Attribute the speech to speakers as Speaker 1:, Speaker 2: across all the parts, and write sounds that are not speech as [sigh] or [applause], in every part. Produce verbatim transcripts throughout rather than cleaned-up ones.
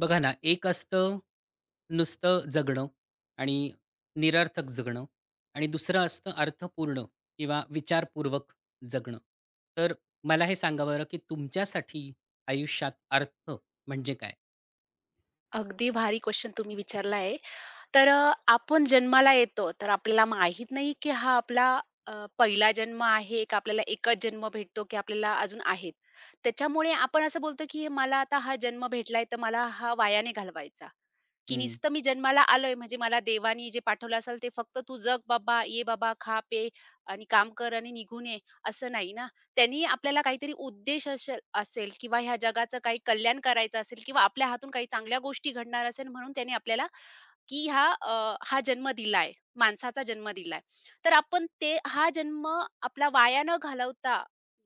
Speaker 1: बघा ना, एक असतं नुसतं जगणं आणि निरर्थक जगणं आणि दुसरं असतं अर्थपूर्ण किंवा विचारपूर्वक जगणं. तर मला हे सांगा बरं, की तुमच्यासाठी आयुष्यात अर्थ म्हणजे काय?
Speaker 2: अगदी भारी क्वेश्चन तुम्ही विचारला आहे. तर अ, आपण जन्माला येतो, तर आपल्याला माहीत नाही, की हा आपला अ, पहिला जन्म आहे का आपल्याला एकच जन्म भेटतो, की आपल्याला अजून आहेत. त्याच्यामुळे आपण असं बोलतो, की मला आता हा जन्म भेटलाय, तर मला हा वायाने घालवायचा. की
Speaker 1: हं.
Speaker 2: नुसतं मी जन्माला आलोय म्हणजे मला देवाने जे पाठवलं असेल ते फक्त तू जग बाबा, ये बाबा, खा, पे आणि काम कर आणि निघून ये, असं नाही ना. त्यांनी आपल्याला काहीतरी उद्देश असेल असेल किंवा ह्या जगाचं काही कल्याण करायचं असेल किंवा आपल्या हातून काही चांगल्या गोष्टी घडणार असेल म्हणून त्यांनी आपल्याला की हा अ, हा जन्म दिलाय, माणसाचा जन्म दिलाय. तर आपण ते हा जन्म आपला वाया न घालवता,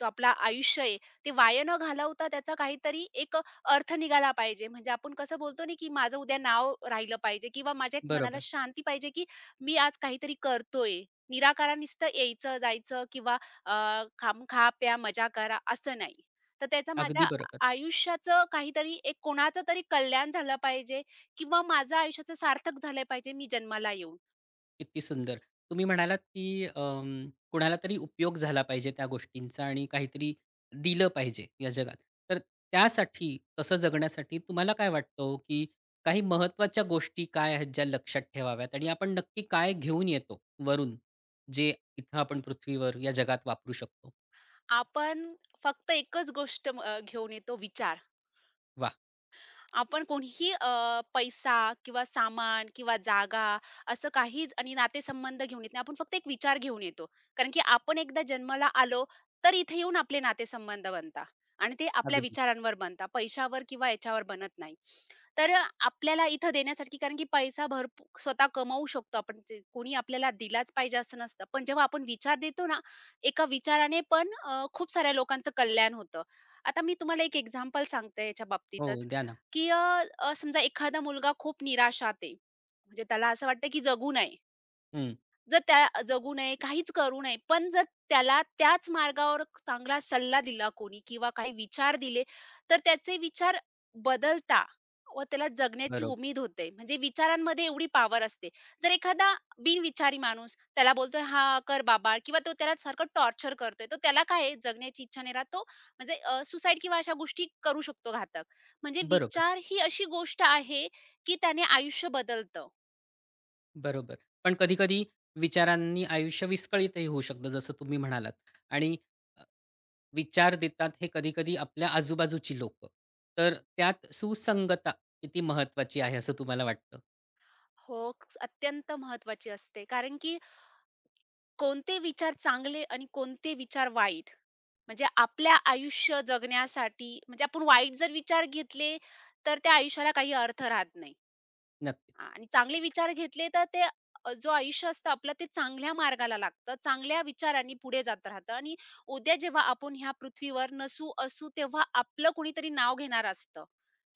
Speaker 2: जो आपला आयुष्य आहे, ते वाया न घालवता त्याचा काहीतरी एक अर्थ निघाला पाहिजे. म्हणजे आपण कसं बोलतो ना, की माझं उद्या नाव राहिलं पाहिजे किंवा माझ्या एक मनाला
Speaker 1: बरोबर.
Speaker 2: शांती पाहिजे, की मी आज काहीतरी करतोय. निराकारण यायचं, जायचं किंवा अ, खाम खा, प्या, मजा करा असं नाही. तर त्याचं
Speaker 1: अगदी
Speaker 2: माझ्या
Speaker 1: बरोबर.
Speaker 2: आयुष्याचं काहीतरी एक कोणाचं तरी कल्याण झालं पाहिजे किंवा माझं आयुष्याचं सार्थक झालं पाहिजे मी जन्माला येऊन.
Speaker 1: किती सुंदर. तुम्ही म्हणालात, की अं, कुणाला तरी उपयोग झाला पाहिजे त्या गोष्टींचा आणि काहीतरी दिलं पाहिजे या जगात. तर त्यासाठी तसं जगण्यासाठी तुम्हाला काय वाटतं हो, की काही महत्त्वाच्या गोष्टी काय आहेत ज्या लक्षात ठेवाव्यात आणि आपण नक्की काय घेऊन येतो वरून, जे इथं आपण पृथ्वीवर या जगात वापरू शकतो?
Speaker 2: आपण फक्त एकच गोष्ट म- अ, घेऊन येतो विचार.
Speaker 1: वाह!
Speaker 2: आपण कोणीही अ, पैसा किंवा सामान किंवा जागा असं काहीच आणि नातेसंबंध घेऊन येत नाही. आपण फक्त एक विचार घेऊन येतो. कारण की आपण एकदा जन्माला आलो, तर इथे येऊन आपले नातेसंबंध बनता आणि ते आपल्या
Speaker 1: अगदी.
Speaker 2: विचारांवर बनता. पैशावर किंवा याच्यावर बनत नाही. तर आपल्याला इथं देण्यासाठी कारण की पैसा भरपू स्वतः कमवू शकतो आपण. जे कोणी आपल्याला दिलाच पाहिजे असं नसतं. पण जेव्हा आपण विचार देतो ना, एका विचाराने पण अ, खूप साऱ्या लोकांचं कल्याण होतं. आता मी तुम्हाला एक एक्झाम्पल सांगते याच्या
Speaker 1: हो,
Speaker 2: बाबतीतच.
Speaker 1: द्या ना.
Speaker 2: की अ, अ, समजा एखादा मुलगा खूप निराशात आहे. म्हणजे त्याला असं वाटतं की जगू नये.
Speaker 1: हं.
Speaker 2: जर त्या जगू नये, काहीच करू नये. पण जर त्याला त्याच मार्गावर चांगला सल्ला दिला कोणी किंवा काही विचार दिले, तर त्याचे विचार बदलता व त्याला जगण्याची
Speaker 1: बरोबर,
Speaker 2: उमेद होते. म्हणजे विचारांमध्ये एवढी पावर असते. जर एखादा बिनविचारी माणूस त्याला बोलतोय, "हां, कर बाबा" किंवा तो त्याला सारखं टॉर्चर करतोय, तर त्याला काय आहे, जगण्याची इच्छा नाही राहत. तो म्हणजे सुसाईड किंवा अशा गोष्टी करू शकतो घातक. म्हणजे
Speaker 1: बरोबर,
Speaker 2: विचार ही अशी गोष्ट आहे, की त्याने आयुष्य बदलतं.
Speaker 1: बरोबर. पण कधी-कधी विचारांनी आयुष्य विस्कळीतही होऊ शकतं जसं तुम्ही म्हणालात आणि विचार देतात हे कधी-कधी आपल्या आजूबाजूची लोक, तर त्यात सुसंगता किती महत्त्वाची आहे असं तुम्हाला वाटतं?
Speaker 2: हो, क- अत्यंत महत्त्वाची असते. कारण की कोणते विचार चांगले आणि कोणते विचार वाईट. म्हणजे आपल्या आयुष्य जगण्यासाठी म्हणजे आपण वाईट जर विचार घेतले, तर त्या आयुष्याला काही अर्थ राहत नाही.
Speaker 1: नक्कीच.
Speaker 2: हां, आणि चांगले विचार घेतले तर ते अ, जो आयुष्य असतं आपलं ते चांगल्या मार्गाला लागतं. चांगल्या विचारांनी पुढे जात राहतं आणि उद्या जेव्हा आपण ह्या पृथ्वीवर नसू, असू तेव्हा आपलं कुणीतरी नाव घेणारं असतं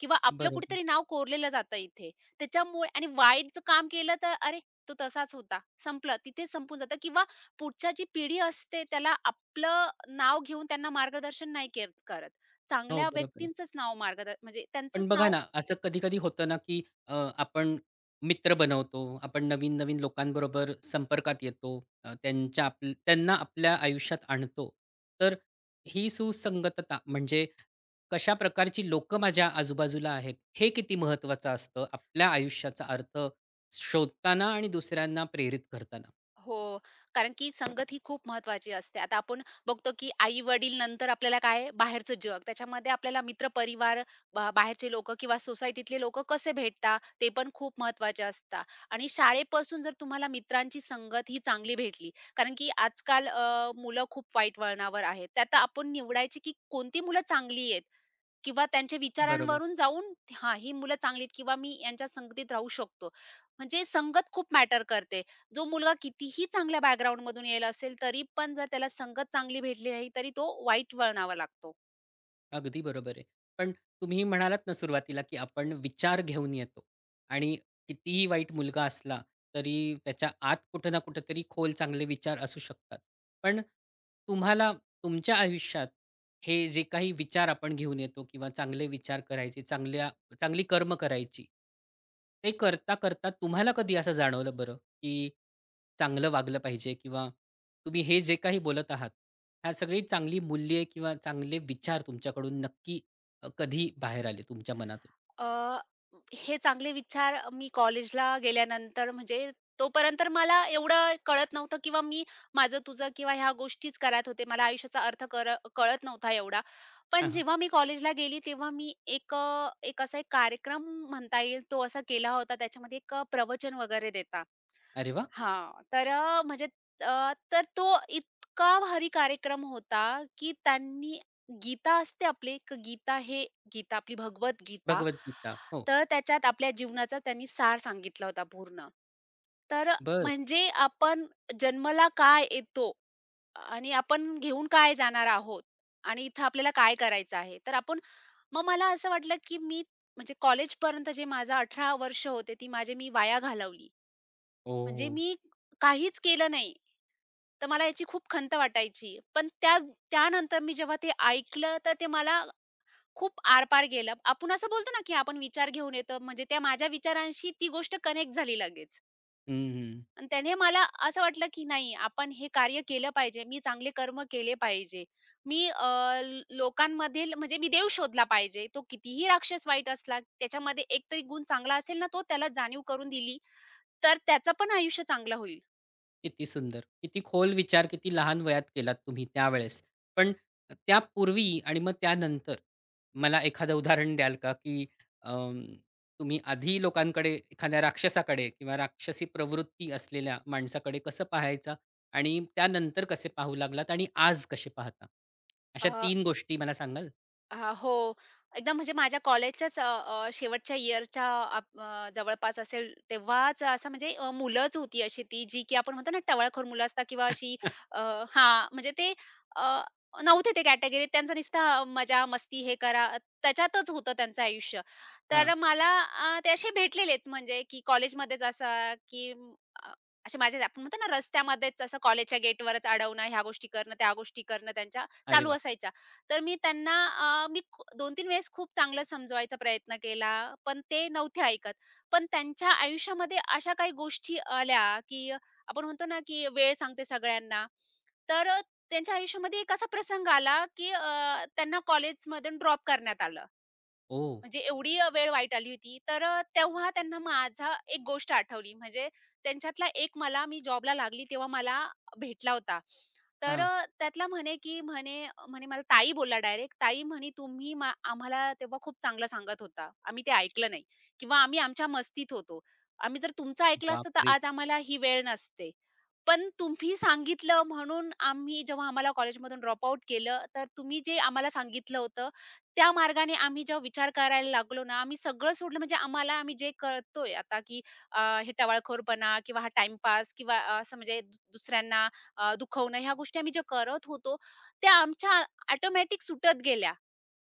Speaker 2: किंवा आपलं
Speaker 1: बरोबर.
Speaker 2: कुठेतरी नाव कोरलेलं जातं इथे. त्याच्यामुळे आणि वाईट जर काम केलं तर अरे, तो तसाच होता. संपलं. तिथेच संपून जातं किंवा पुढच्या जी पिढी असते त्याला आपलं नाव घेऊन त्यांना मार्गदर्शन नाही केर करत.
Speaker 1: हो,
Speaker 2: चांगल्या
Speaker 1: बरोबर आहे.
Speaker 2: व्यक्तींचंच नाव मार्गदर्शन म्हणजे त्यांचंच
Speaker 1: पण बघा
Speaker 2: नाव
Speaker 1: ना, असं कधी-कधी होतं ना, की अ, आपण मित्र बनवतो. आपण नवीन-नवीन लोकांबरोबर संपर्कात येतो. अ, त्यांच्या आप त्यांना आपल्या आयुष्यात आणतो. तर ही सुसंगतता म्हणजे कशा प्रकारची लोकं माझ्या आजूबाजूला आहेत, हे किती महत्त्वाचं असतं आपल्या आयुष्याचा अर्थ शोधताना आणि दुसऱ्यांना प्रेरित करताना?
Speaker 2: हो, कारण की संगत ही खूप महत्त्वाची असते. आता आपण बघतो, की आई-वडील नंतर आपल्याला काय आहे, बाहेरचं जग. त्याच्यामध्ये आपल्याला मित्र-परिवार, बा बाहेरचे लोकं किंवा सोसायटीतले लोकं कसे भेटता, ते पण खूप महत्त्वाचे असतात. आणि शाळेपासून जर तुम्हाला मित्रांची संगत ही चांगली भेटली, कारण की आजकाल अ, मुलं खूप वाईट वळणावर आहेत. त्यात आपण निवडायची, की कोणती मुलं चांगली आहेत किंवा त्यांच्या विचारांवरून जाऊन, हां, ही मुलं चांगली आहेत किंवा मी यांच्या संगतीत राहू शकतो. म्हणजे संगत खूप मॅटर करते. जो मुलगा कितीही चांगल्या बॅकग्राऊंडमधून येईल असेल, तरी पण जर त्याला संगत चांगली भेटली नाही, तरी तो वाईट वळणावा लागतो.
Speaker 1: अगदी बरोबर आहे. पण तुम्ही म्हणालात ना सुरुवातीला, की आपण विचार घेऊन येतो आणि कितीही वाईट मुलगा असला, तरी त्याच्या आत कुठे ना कुठेतरी खोल चांगले विचार असू शकतात. पण तुम्हाला तुमच्या आयुष्यात हे जे काही विचार आपण घेऊन येतो किंवा चांगले विचार करायचे, चांगल्या चांगली कर्म करायची, ते करता-करता तुम्हाला कधी असं जाणवलं बरं? की चांगलं वागलं पाहिजे किंवा तुम्ही हे जे काही बोलत आहात, ह्या सगळी चांगली मूल्ये किंवा चांगले विचार तुमच्याकडून नक्की अ, कधी बाहेर आले तुमच्या मनातून?
Speaker 2: अ, हे चांगले विचार मी कॉलेजला गेल्यानंतर म्हणजे तोपर्यंत तर मला एवढं कळत नव्हतं किंवा मी माझं तुझं किंवा ह्या गोष्टीच करत होते. मला आयुष्याचा अर्थ कर कळत नव्हता एवढा.
Speaker 1: [laughs] हां,
Speaker 2: पण
Speaker 1: हां.
Speaker 2: जेव्हा मी कॉलेजला गेली तेव्हा मी एक अ, एक असा एक कार्यक्रम म्हणता येईल तो असा केला होता. त्याच्यामध्ये एक अ, प्रवचन वगैरे देता.
Speaker 1: अरे वाह!
Speaker 2: हां, तर अ, म्हणजे अ, तर तो इतका भारी कार्यक्रम होता, की त्यांनी गीता असते आपली एक गीता हे गीता आपली भगवत गीता.
Speaker 1: भगवद्गीता. हो.
Speaker 2: तर त्याच्यात आपल्या जीवनाचा त्यांनी सार सांगितला होता पूर्ण. तर
Speaker 1: बरं.
Speaker 2: म्हणजे आपण जन्माला काय येतो आणि आपण घेऊन काय जाणार आहोत आणि इथं आपल्याला काय करायचं आहे. तर आपण मग मला असं वाटलं, की मी म्हणजे कॉलेजपर्यंत जे माझं अठरा वर्ष होते ती माझी मी वाया घालवली.
Speaker 1: ओ.
Speaker 2: म्हणजे मी काहीच केलं नाही. तर मला याची खूप खंत वाटायची. पण त्या त्यानंतर मी जेव्हा ते ऐकलं तर ते मला खूप आरपार गेलं. आपण असं बोलतो ना, की आपण विचार घेऊन येतो. म्हणजे त्या माझ्या विचारांशी ती गोष्ट कनेक्ट झाली लगेच.
Speaker 1: हं, हं.
Speaker 2: आणि त्याने मला असं वाटलं, की नाही आपण हे कार्य केलं पाहिजे. मी चांगले कर्म केले पाहिजे. मी अ, ल- लोकांमधील म्हणजे मी देव शोधला पाहिजे. तो कितीही राक्षस वाईट असला, त्याच्यामध्ये एकतरी गुण चांगला असेल ना, तो त्याला जाणीव करून दिली, तर त्याचं पण आयुष्य चांगलं होईल.
Speaker 1: किती सुंदर. किती खोल विचार, किती लहान वयात केलात तुम्ही त्यावेळेस. पण त्यापूर्वी आणि मग त्यानंतर मला एखादं उदाहरण द्याल का, की अं, तुम्ही आधी लोकांकडे एखाद्या राक्षसाकडे किंवा राक्षसी प्रवृत्ती असलेल्या माणसाकडे कसं पाहायचा आणि त्यानंतर कसे पाहू लागलात आणि आज कसे पाहता? अशा तीन गोष्टी मला सांगाल?
Speaker 2: हां, हो. एकदम म्हणजे माझ्या कॉलेजच्याच अ, अ, शेवटच्या इयरच्या आप अ, जवळपास असेल तेव्हाच असं म्हणजे अ, मुलंच होती अशी ती जी की आपण म्हणतो ना टवाळखोर मुलं असतात किंवा अशी
Speaker 1: [laughs]
Speaker 2: अ, हां, म्हणजे ते अ, नव्हते ते कॅटेगरीत. त्यांचा नुसता मजा, मस्ती हे करा त्याच्यातच होतं त्यांचं आयुष्य. तर
Speaker 1: हां.
Speaker 2: मला अ, ते असे भेटलेलेत म्हणजे की कॉलेजमध्येच असं की म, अ, असे माझे आपण म्हणतो ना रस्त्यामध्येच असं कॉलेजच्या गेटवरच अडवणं, ह्या गोष्टी करणं, त्या गोष्टी करणं त्यांच्या
Speaker 1: अरे
Speaker 2: चालू
Speaker 1: बाप!
Speaker 2: असायच्या. तर मी त्यांना अ, मी खू दोन तीन वेळेस खूप चांगलं समजवायचा प्रयत्न केला, पण ते नव्हते ऐकत. पण त्यांच्या आयुष्यामध्ये अशा काही गोष्टी आल्या, की आपण म्हणतो ना, की वेळ सांगते सगळ्यांना. तर अ, त्यांच्या आयुष्यामध्ये एक असा प्रसंग आला, की अ, त्यांना कॉलेजमधून ड्रॉप करण्यात आलं.
Speaker 1: ओह!
Speaker 2: म्हणजे एवढी अ, वेळ वाईट आली होती. तर अ, तेव्हा त्यांना माझा एक गोष्ट आठवली. म्हणजे त्यांच्यातला एक मला मी जॉबला लागली तेव्हा मला भेटला होता. तर
Speaker 1: हां.
Speaker 2: अ, त्यातला म्हणे, की म्हणे म्हणे मला ताई बोलला डायरेक्ट. ताई म्हणे, "तुम्ही मा आम्हाला तेव्हा खूप चांगलं सांगत होता. आम्ही ते ऐकलं नाही किंवा आम्ही आमच्या मस्तीत होतो. आम्ही जर तुमचं ऐकलं असतं तर
Speaker 1: बापरे!
Speaker 2: आज आम्हाला ही वेळ नसते. पण तुम्ही सांगितलं म्हणून आम्ही जेव्हा आम्हाला कॉलेजमधून ड्रॉपआउट केलं, तर तुम्ही जे आम्हाला सांगितलं होतं त्या मार्गाने आम्ही जेव्हा विचार करायला लागलो ना, आम्ही सगळं सोडलं म्हणजे आम्हाला आम्ही जे कळतोय आता, की अ, हे टवाळखोरपणा किंवा हा टाईमपास किंवा अ, असं म्हणजे दु दुसऱ्यांना अ, दुखवणं ह्या गोष्टी आम्ही ज्या करत होतो, त्या आमच्या ऑटोमॅटिक सुटत गेल्या,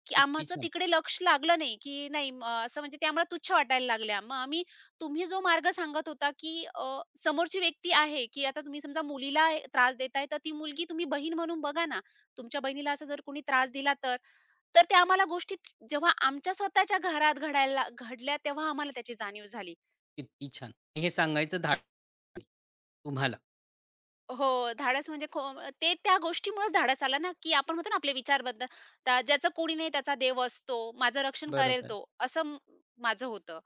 Speaker 2: की
Speaker 1: किती
Speaker 2: आमचं
Speaker 1: छान,
Speaker 2: तिकडे लक्ष लागलं नाही, की नाही म असं म्हणजे ते आम्हाला तुच्छ वाटायला लागल्या. मग आम्ही तुम्ही जो मार्ग सांगत होता, की अ, समोरची व्यक्ती आहे, की आता तुम्ही समजा मुलीला त्रास देताय, तर ती मुलगी तुम्ही बहीण म्हणून बघा ना. तुमच्या बहिणीला असा जर कोणी त्रास दिला तर? तर त्या आम्हाला गोष्टी जेव्हा आमच्या स्वतःच्या घरात घडायला घडल्या तेव्हा आम्हाला त्याची जाणीव झाली.
Speaker 1: किती छान. हे सांगायचं धाड तुम्हाला.
Speaker 2: हो, धाडस म्हणजे खो ते त्या गोष्टीमुळेच धाडस आला ना, की आपण म्हणतो ना आपले विचार बदल ज्याचं कोणी नाही त्याचा देव असतो, माझं रक्षण करेल
Speaker 1: बरोबर.
Speaker 2: तो, असं म- माझं होतं.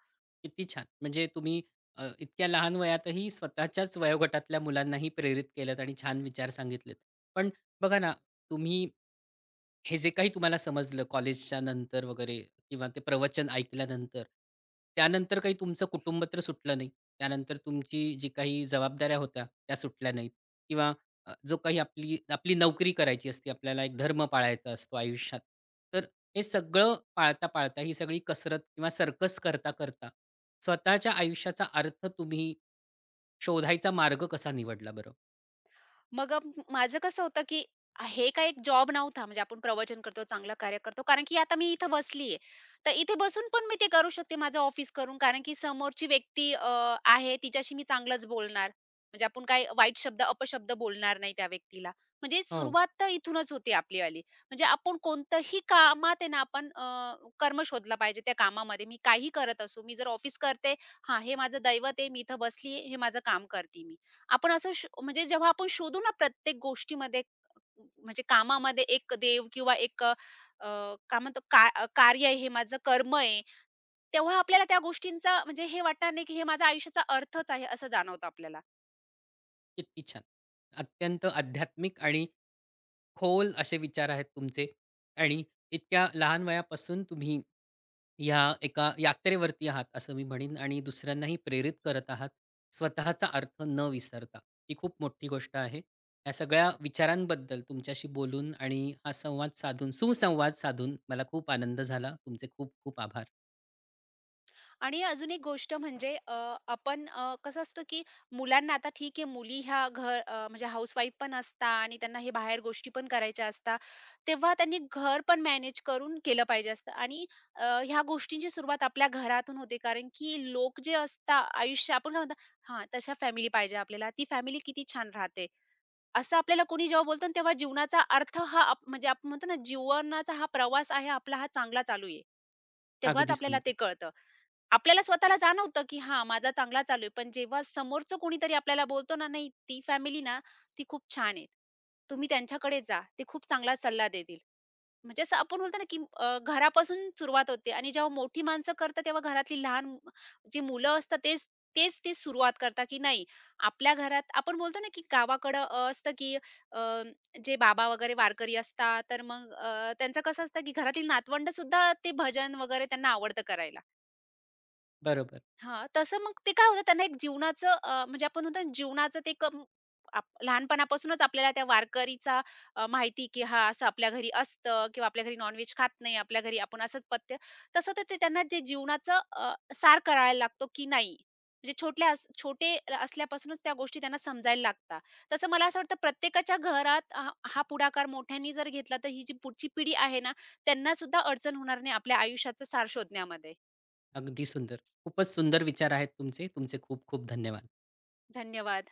Speaker 1: किती छान! म्हणजे तुम्ही अ, इतक्या लहान वयातही स्वतःच्याच वयोगटातल्या मुलांनाही प्रेरित केलत आणि छान विचार सांगितलेत. पण बघा ना, तुम्ही हे जे काही तुम्हाला समजलं कॉलेजच्या नंतर वगैरे किंवा ते प्रवचन ऐकल्यानंतर, त्यानंतर काही तुमचं कुटुंब तर सुटलं नाही. त्यानंतर तुमची जी काही जबाबदाऱ्या होत्या त्या सुटल्या नाहीत किंवा अ, जो काही आपली आपली नोकरी करायची असते, आपल्याला एक धर्म पाळायचा असतो आयुष्यात. तर हे सगळं पाळता-पाळता ही सगळी कसरत किंवा सर्कस करता-करता स्वतःच्या आयुष्याचा अर्थ तुम्ही शोधायचा मार्ग कसा निवडला बरं?
Speaker 2: मग अ, माझं कसं होतं, की हे काही एक जॉब नव्हता. म्हणजे आपण प्रवचन करतो, चांगलं कार्य करतो. कारण की आता मी इथं बसलीये. तर इथे बसून पण मी ते करू शकते माझं ऑफिस करून. कारण की समोरची व्यक्ती अ, आहे तिच्याशी मी चांगलंच बोलणार. म्हणजे आपण काही वाईट शब्द, अपशब्द बोलणार नाही त्या व्यक्तीला. म्हणजे
Speaker 1: हो.
Speaker 2: सुरुवात तर इथूनच होते आपलीवाली. म्हणजे आपण कोणतंही कामात आहे ना आपण अ, कर्म शोधला पाहिजे त्या कामामध्ये. मी काही करत असू, मी जर ऑफिस करते, हां, हे माझं दैवत आहे. मी इथं बसलीये, हे माझं काम करते मी. आपण असं श म्हणजे जेव्हा आपण शोधू ना प्रत्येक गोष्टीमध्ये म्हणजे कामामध्ये एक देव किंवा एक अ, काय म्हणतो का अ, कार्य आहे हे माझं कर्म आहे. तेव्हा आपल्याला त्या गोष्टींचा म्हणजे हे वाटणार नाही, की हे माझ्या आयुष्याचा अर्थच आहे असं जाणवतं आपल्याला.
Speaker 1: किती छान. अत्यंत आध्यात्मिक आणि खोल असे विचार आहेत तुमचे आणि इतक्या लहान वयापासून तुम्ही ह्या एका यात्रेवरती आहात असं मी म्हणेन आणि दुसऱ्यांनाही प्रेरित करत आहात स्वतःचा अर्थ न विसरता. ही खूप मोठी गोष्ट आहे. या सगळ्या विचारांबद्दल तुमच्याशी बोलून आणि हा संवाद साधून सुसंवाद साधून मला खूप आनंद झाला. तुमचे खूप खूप आभार.
Speaker 2: आणि अजून एक गोष्ट म्हणजे अ, आपण अ, कसं असतं की मुलांना आता ठीक आहे मुली ह्या घर अ, म्हणजे हाऊसवाईफ पण असता आणि त्यांना हे बाहेर गोष्टी पण करायच्या असतात. तेव्हा त्यांनी घर पण मॅनेज करून केलं पाहिजे असतं आणि अ, ह्या गोष्टींची सुरुवात आपल्या घरातून होते कारण की लोक जे असता आयुष्य आपण काय म्हणतो हां, तशा फॅमिली पाहिजे आपल्याला. ती फॅमिली किती छान राहते. असं आपल्याला कोणी जेव्हा बोलतो ना तेव्हा जीवनाचा अर्थ हा आप म्हणजे आपण म्हणतो ना जीवनाचा हा प्रवास आहे आपला हा चांगला चालू आहे. तेव्हाच
Speaker 1: अगदी
Speaker 2: आपल्याला ते
Speaker 1: सुंदर.
Speaker 2: कळतं. आपल्याला स्वतःला जाणवतं, की हां, माझा चांगला चालू आहे. पण जेव्हा समोरचं कोणीतरी आपल्याला बोलतो ना, "नाही, ती फॅमिली ना, ती खूप छान आहे. तुम्ही त्यांच्याकडे जा. ते खूप चांगला सल्ला देतील." म्हणजे असं आपण बोलतो ना, की अ, घरापासून सुरुवात होते आणि जेव्हा मोठी माणसं करतात, तेव्हा घरातली लहान मु- जी मुलं असतात, तेच तेच ते सुरुवात करतात, की नाही, आपल्या घरात आपण बोलतो ना, की गावाकडं अ, असतं, की अ, जे बाबा वगैरे वारकरी असतात, तर मग अ, त्यांचं कसं असतं, की घरातील नातवंडसुद्धा ते भजन वगैरे त्यांना आवडतं करायला.
Speaker 1: बरोबर.
Speaker 2: हां, तसं मग ते काय होतं त्यांना एक जीवनाचं अ, म्हणजे आपण म्हणतो ना जीवनाचं ते कम आप लहानपणापासूनच आपल्याला त्या वारकरीचा अ, माहिती की हा असं आपल्या घरी असतं किंवा आपल्या घरी नॉन खात नाही, आपल्या घरी आपण असंच पथ्य तसं तर ते त्यांना ते जीवनाचं अ, सार करायला लागतो की नाही. म्हणजे छोटल्या अस छोटे र- असल्यापासूनच त्या गोष्टी त्यांना समजायला लागतात. तसं मला असं वाटतं प्रत्येकाच्या घरात हा हा पुढाकार मोठ्यांनी जर घेतला तर ही जी पुढची पिढी आहे ना, त्यांनासुद्धा अडचण होणार नाही आपल्या आयुष्याचं सार शोधण्यामध्ये.
Speaker 1: अगदी सुंदर. खूपच सुंदर विचार आहेत तुमचे. तुमचे खूप खूप धन्यवाद.
Speaker 2: धन्यवाद.